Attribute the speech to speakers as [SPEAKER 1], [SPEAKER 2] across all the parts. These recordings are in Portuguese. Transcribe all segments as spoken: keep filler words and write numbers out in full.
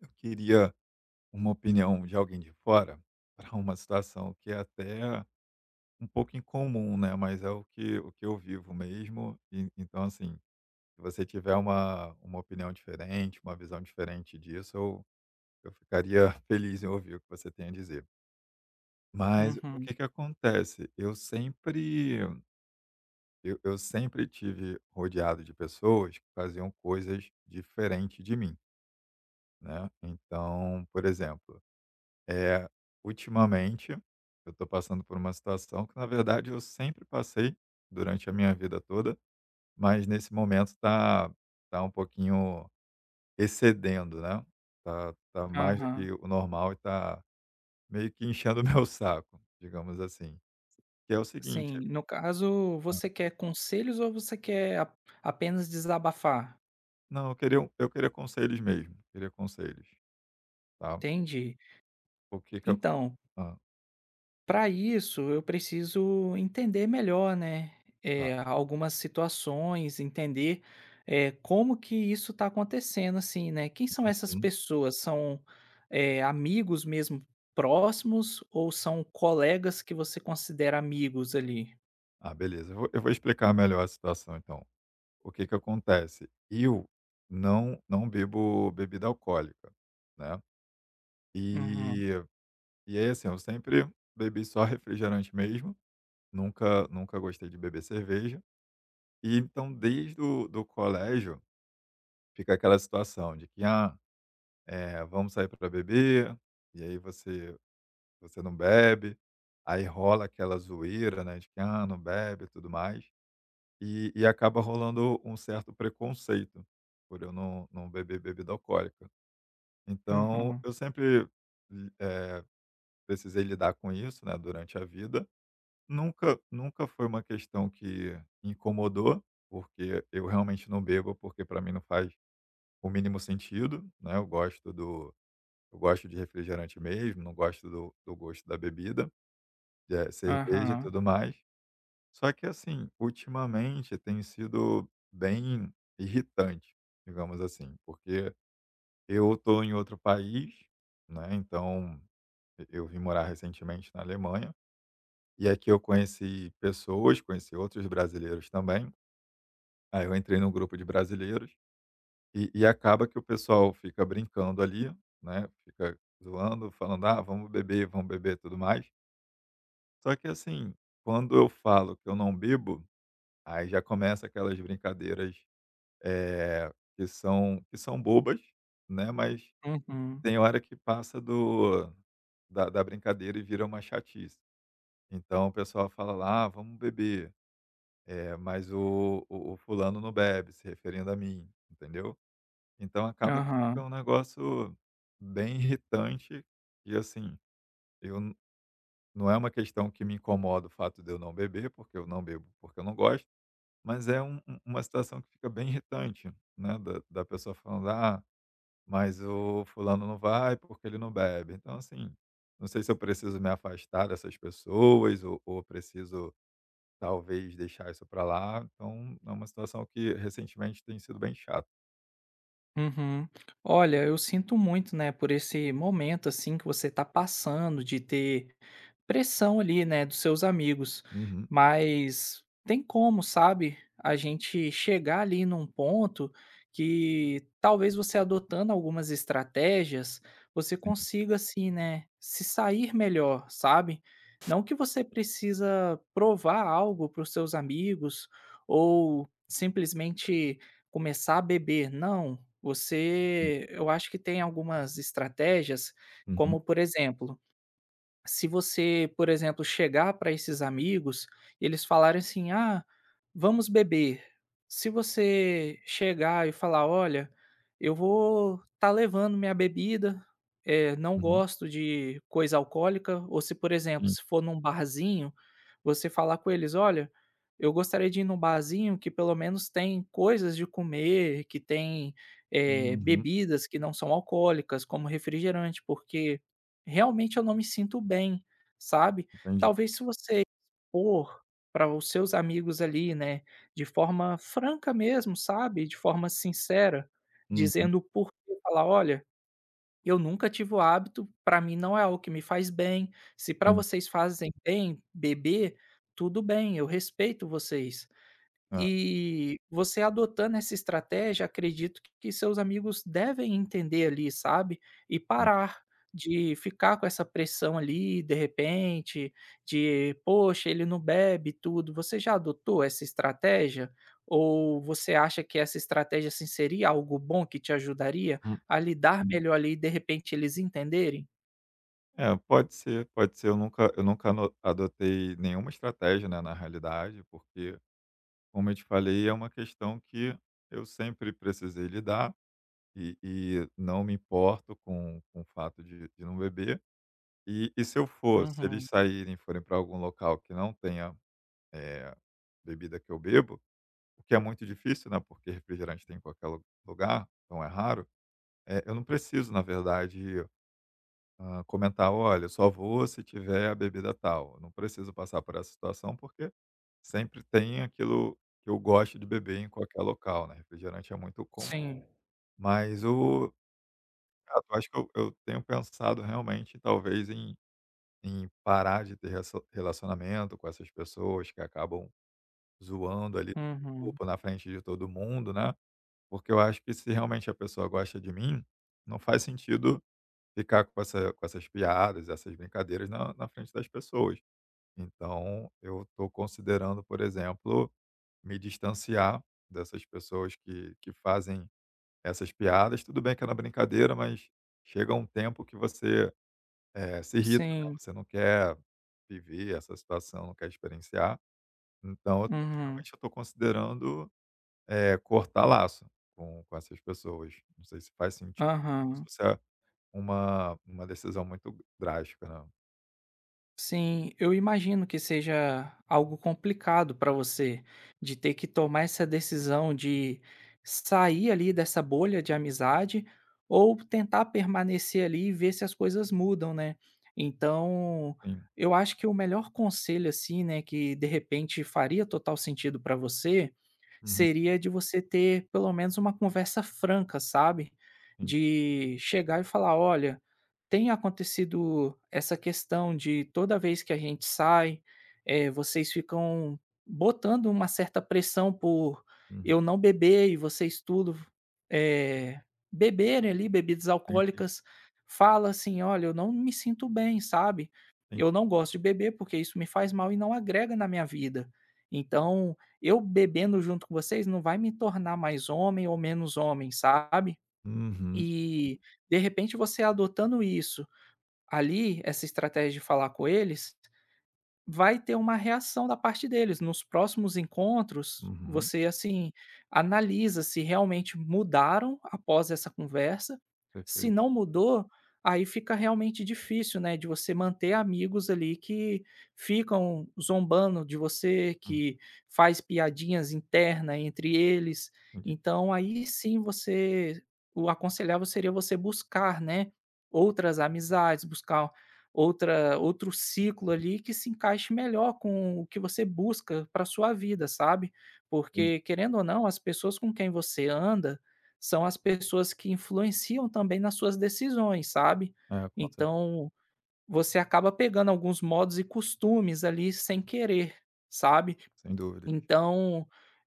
[SPEAKER 1] Eu queria uma opinião de alguém de fora para uma situação que é até um pouco incomum, né, mas é o que o que eu vivo mesmo. E então, assim, se você tiver uma, uma opinião diferente, uma visão diferente disso, eu, eu ficaria feliz em ouvir o que você tem a dizer. Mas o
[SPEAKER 2] Uhum.
[SPEAKER 1] que, que acontece? Eu sempre, eu, eu sempre tive rodeado de pessoas que faziam coisas diferentes de mim, né? Então, por exemplo, é, ultimamente, eu estou passando por uma situação que, na verdade, eu sempre passei durante a minha vida toda, mas nesse momento está tá tá um pouquinho excedendo, né? Tá, tá mais do
[SPEAKER 2] Aham.
[SPEAKER 1] que o normal e tá meio que enchendo o meu saco, digamos assim. Que é o seguinte,
[SPEAKER 2] Sim, no caso, você quer conselhos ou você quer a apenas desabafar?
[SPEAKER 1] não, eu queria, um- eu queria conselhos mesmo, queria conselhos, tá?
[SPEAKER 2] Entendi.
[SPEAKER 1] O que que eu... con-
[SPEAKER 2] Então,
[SPEAKER 1] Ah,
[SPEAKER 2] para isso eu preciso entender melhor, né,
[SPEAKER 1] tá.
[SPEAKER 2] é algumas situações, entender, é como que isso está acontecendo, assim, né. Quem são essas
[SPEAKER 1] Uhum.
[SPEAKER 2] pessoas? São, eh, amigos mesmo próximos ou são colegas que você considera amigos ali?
[SPEAKER 1] Ah, beleza. Eu vou, eu vou explicar melhor a situação, então. O que que acontece? Eu não não bebo bebida alcoólica, né.
[SPEAKER 2] Uhum,
[SPEAKER 1] E e aí, assim, eu sempre bebi só refrigerante mesmo, nunca nunca gostei de beber cerveja. E então desde o do colégio fica aquela situação de que: "Ah, eh, vamos sair para beber", e aí você você não bebe, aí rola aquela zoeira, né, de que: "Ah, não bebe", e tudo mais. E e acaba rolando um certo preconceito, por eu não não beber bebida alcoólica. Então,
[SPEAKER 2] uhum,
[SPEAKER 1] eu sempre eh, precisei lidar com isso, né, durante a vida. Nunca nunca foi uma questão que incomodou, porque eu realmente não bebo, porque para mim não faz o mínimo sentido, né, eu gosto do eu gosto de refrigerante mesmo, não gosto do do gosto da bebida, eh, cerveja e
[SPEAKER 2] aham,
[SPEAKER 1] tudo mais. Só que assim, ultimamente tem sido bem irritante, digamos assim, porque eu estou em outro país, né? Então, e- eu vim morar recentemente na Alemanha e aqui eu conheci pessoas, conheci outros brasileiros também. Aí eu entrei num grupo de brasileiros e, e acaba que o pessoal fica brincando ali, né? Fica zoando, falando: "Ah, vamos beber, vamos beber", e tudo mais. Só que assim, quando eu falo que eu não bebo, aí já começa aquelas brincadeiras eh, que são que são bobas, né, mas
[SPEAKER 2] uhum,
[SPEAKER 1] tem hora que passa do da da brincadeira e vira uma chatice. Então o pessoal fala lá: "Ah, vamos beber", eh, mas o o o fulano não bebe, se referindo a mim, entendeu. Então acaba que fica
[SPEAKER 2] aham.
[SPEAKER 1] um negócio bem irritante e, assim, eu n não é uma questão que me incomoda o fato de eu não beber, porque eu não bebo porque eu não gosto, mas é um um uma situação que fica bem irritante, né, da da pessoa falando: "Ah, mas o fulano não vai porque ele não bebe". Então, assim, não sei se eu preciso me afastar dessas pessoas ou, ou preciso talvez deixar isso para lá. Então, é uma situação que recentemente tem sido bem chata.
[SPEAKER 2] Uhum. Olha, eu sinto muito, né, por esse momento assim que você tá passando de ter pressão ali, né, dos seus amigos.
[SPEAKER 1] Uhum,
[SPEAKER 2] Mas tem como, sabe, a gente chegar ali num ponto que talvez você adotando algumas estratégias, você
[SPEAKER 1] sim,
[SPEAKER 2] consiga assim, né, se sair melhor, sabe? Não que você precisa provar algo para os seus amigos ou simplesmente começar a beber, não,
[SPEAKER 1] entendi.
[SPEAKER 2] você eu acho que tem algumas estratégias,
[SPEAKER 1] Uhum,
[SPEAKER 2] como por exemplo, se você, por exemplo, chegar para esses amigos e eles falarem assim: "Ah, vamos beber". Se você chegar e falar: "Olha, eu vou estar levando minha bebida, eh, não
[SPEAKER 1] uhum,
[SPEAKER 2] gosto de coisa alcoólica", ou se, por exemplo,
[SPEAKER 1] sim.
[SPEAKER 2] se for num barzinho, você falar com eles: "Olha, eu gostaria de ir num barzinho que pelo menos tem coisas de comer, que tem, eh,
[SPEAKER 1] Uhum,
[SPEAKER 2] bebidas que não são alcoólicas, como refrigerante, porque realmente eu não me sinto bem, sabe".
[SPEAKER 1] entendi.
[SPEAKER 2] Talvez se você expor para os seus amigos ali, né, de forma franca mesmo, sabe, de forma sincera,
[SPEAKER 1] Uhum,
[SPEAKER 2] dizendo o porquê, falar: "Olha, eu nunca tive o hábito, para mim não é algo que me faz bem, se para
[SPEAKER 1] sim.
[SPEAKER 2] vocês fazem bem beber, tudo bem, eu respeito vocês",
[SPEAKER 1] É,
[SPEAKER 2] e você adotando essa estratégia, acredito que seus amigos devem entender ali, sabe, e
[SPEAKER 1] entendi.
[SPEAKER 2] parar de ficar com essa pressão ali, de repente, de: "Poxa, ele não bebe tudo". Você já adotou essa estratégia? Ou você acha que essa estratégia, assim, seria algo bom que te ajudaria
[SPEAKER 1] Uhum.
[SPEAKER 2] a lidar melhor ali e de repente eles entenderem?
[SPEAKER 1] É, pode ser, pode ser. Eu nunca, eu nunca ano- adotei nenhuma estratégia, né, na realidade, porque, como eu te falei, é uma questão que eu sempre precisei lidar. E e não me importo com com o fato de de não beber. E e se eu for se eles
[SPEAKER 2] Uhum.
[SPEAKER 1] saírem e forem para algum local que não tenha, eh, bebida que eu bebo, o que é muito difícil, né, porque refrigerante tem em qualquer lu lugar, então é raro, eh, eu não preciso, na verdade, hã, comentar: "Olha, eu só vou se tiver a bebida tal". Eu não preciso passar por essa situação, porque sempre tem aquilo que eu gosto de beber em qualquer local, né, refrigerante é muito comum.
[SPEAKER 2] Sim.
[SPEAKER 1] Mas o Exato, eu acho que eu eu tenho pensado realmente talvez em em parar de ter ressa relacionamento com essas pessoas que acabam zoando ali no
[SPEAKER 2] Uhum.
[SPEAKER 1] grupo, na frente de todo mundo, né, porque eu acho que se realmente a pessoa gosta de mim, não faz sentido ficar com essa com essas piadas, essas brincadeiras na na frente das pessoas. Então eu estou considerando, por exemplo, me distanciar dessas pessoas que que fazem essas piadas. Tudo bem que é na brincadeira, mas chega um tempo que você é, se irrita, né,
[SPEAKER 2] Sim.
[SPEAKER 1] você não quer viver essa situação, não quer experienciar, então eu tô
[SPEAKER 2] Uhum.
[SPEAKER 1] realmente eu estou considerando, eh, cortar laço com com essas pessoas. Não sei se faz sentido isso,
[SPEAKER 2] Aham.
[SPEAKER 1] se é uma uma decisão muito drástica, né.
[SPEAKER 2] Sim, eu imagino que seja algo complicado para você de ter que tomar essa decisão de sair ali dessa bolha de amizade ou tentar permanecer ali e ver se as coisas mudam, né? Então,
[SPEAKER 1] Sim.
[SPEAKER 2] eu acho que o melhor conselho assim, né, que de repente faria total sentido para você,
[SPEAKER 1] Uhum.
[SPEAKER 2] seria de você ter pelo menos uma conversa franca, sabe?
[SPEAKER 1] Sim.
[SPEAKER 2] De chegar e falar: olha, tem acontecido essa questão de toda vez que a gente sai, eh, vocês ficam botando uma certa pressão por
[SPEAKER 1] Uhum.
[SPEAKER 2] eu não beber e vocês tudo eh, beberem ali bebidas
[SPEAKER 1] Entendi,
[SPEAKER 2] alcoólicas. Fala assim: olha, eu não me sinto bem, sabe?
[SPEAKER 1] entendi.
[SPEAKER 2] Eu não gosto de beber porque isso me faz mal e não agrega na minha vida. Então, eu bebendo junto com vocês não vai me tornar mais homem ou menos homem, sabe.
[SPEAKER 1] Uhum,
[SPEAKER 2] E, de repente, você adotando isso ali, essa estratégia de falar com eles, vai ter uma reação da parte deles. Nos próximos encontros,
[SPEAKER 1] uhum.
[SPEAKER 2] você, assim, analisa se realmente mudaram após essa conversa. Se
[SPEAKER 1] Perfeito.
[SPEAKER 2] não mudou, aí fica realmente difícil, né, de você manter amigos ali que ficam zombando de você,
[SPEAKER 1] Uhum.
[SPEAKER 2] que faz piadinhas interna entre eles.
[SPEAKER 1] Entendi,
[SPEAKER 2] Então, aí sim você, o aconselhável seria você buscar, né, outras amizades, buscar outra, outro ciclo ali que se encaixe melhor com o que você busca para sua vida, sabe.
[SPEAKER 1] entendi.
[SPEAKER 2] Porque querendo ou não, as pessoas com quem você anda, são as pessoas que influenciam também nas suas decisões, sabe.
[SPEAKER 1] É, com certeza,
[SPEAKER 2] Então, você acaba pegando alguns modos e costumes ali sem querer, sabe.
[SPEAKER 1] sem dúvida.
[SPEAKER 2] Então,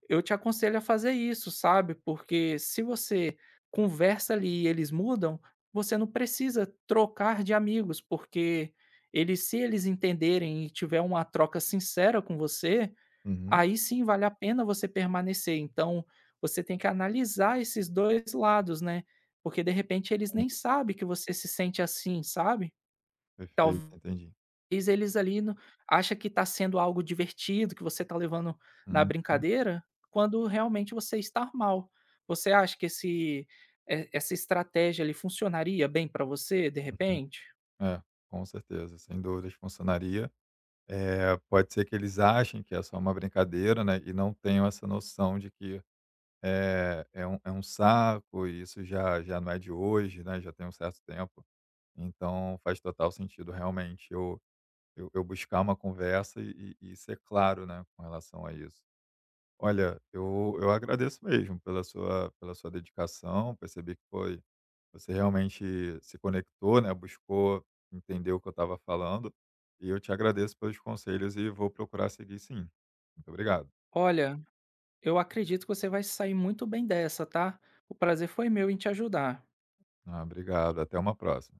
[SPEAKER 2] eu te aconselho a fazer isso, sabe, porque se você conversa ali e eles mudam, você não precisa trocar de amigos, porque eles, se eles entenderem e tiver uma troca sincera com você,
[SPEAKER 1] Uhum.
[SPEAKER 2] aí sim vale a pena você permanecer. Então, você tem que analisar esses dois lados, né, porque de repente eles nem
[SPEAKER 1] Entendi.
[SPEAKER 2] sabem que você se sente assim, sabe?
[SPEAKER 1] Perfeito,
[SPEAKER 2] Talvez
[SPEAKER 1] entendi.
[SPEAKER 2] eles, eles ali no acha que está sendo algo divertido, que você está levando na
[SPEAKER 1] Uhum,
[SPEAKER 2] brincadeira, quando realmente você está mal. Você acha que esse e essa estratégia ali funcionaria bem para você, de
[SPEAKER 1] uhum.
[SPEAKER 2] repente?
[SPEAKER 1] É, com certeza, sem dúvidas funcionaria. Eh, pode ser que eles achem que é só uma brincadeira, né, e não tenham essa noção de que é é um é um saco e isso já já não é de hoje, né, já tem um certo tempo. Então faz total sentido realmente eu eu eu buscar uma conversa e e e ser claro, né, com relação a isso. Olha, eu eu agradeço mesmo pela sua pela sua dedicação, percebi que foi você realmente se conectou, né, buscou entender o que eu estava falando, e eu te agradeço pelos conselhos e vou procurar seguir sim. Muito obrigado.
[SPEAKER 2] "Olha, eu acredito que você vai sair muito bem dessa, tá? O prazer foi meu em te ajudar."
[SPEAKER 1] Ah, obrigado, até uma próxima.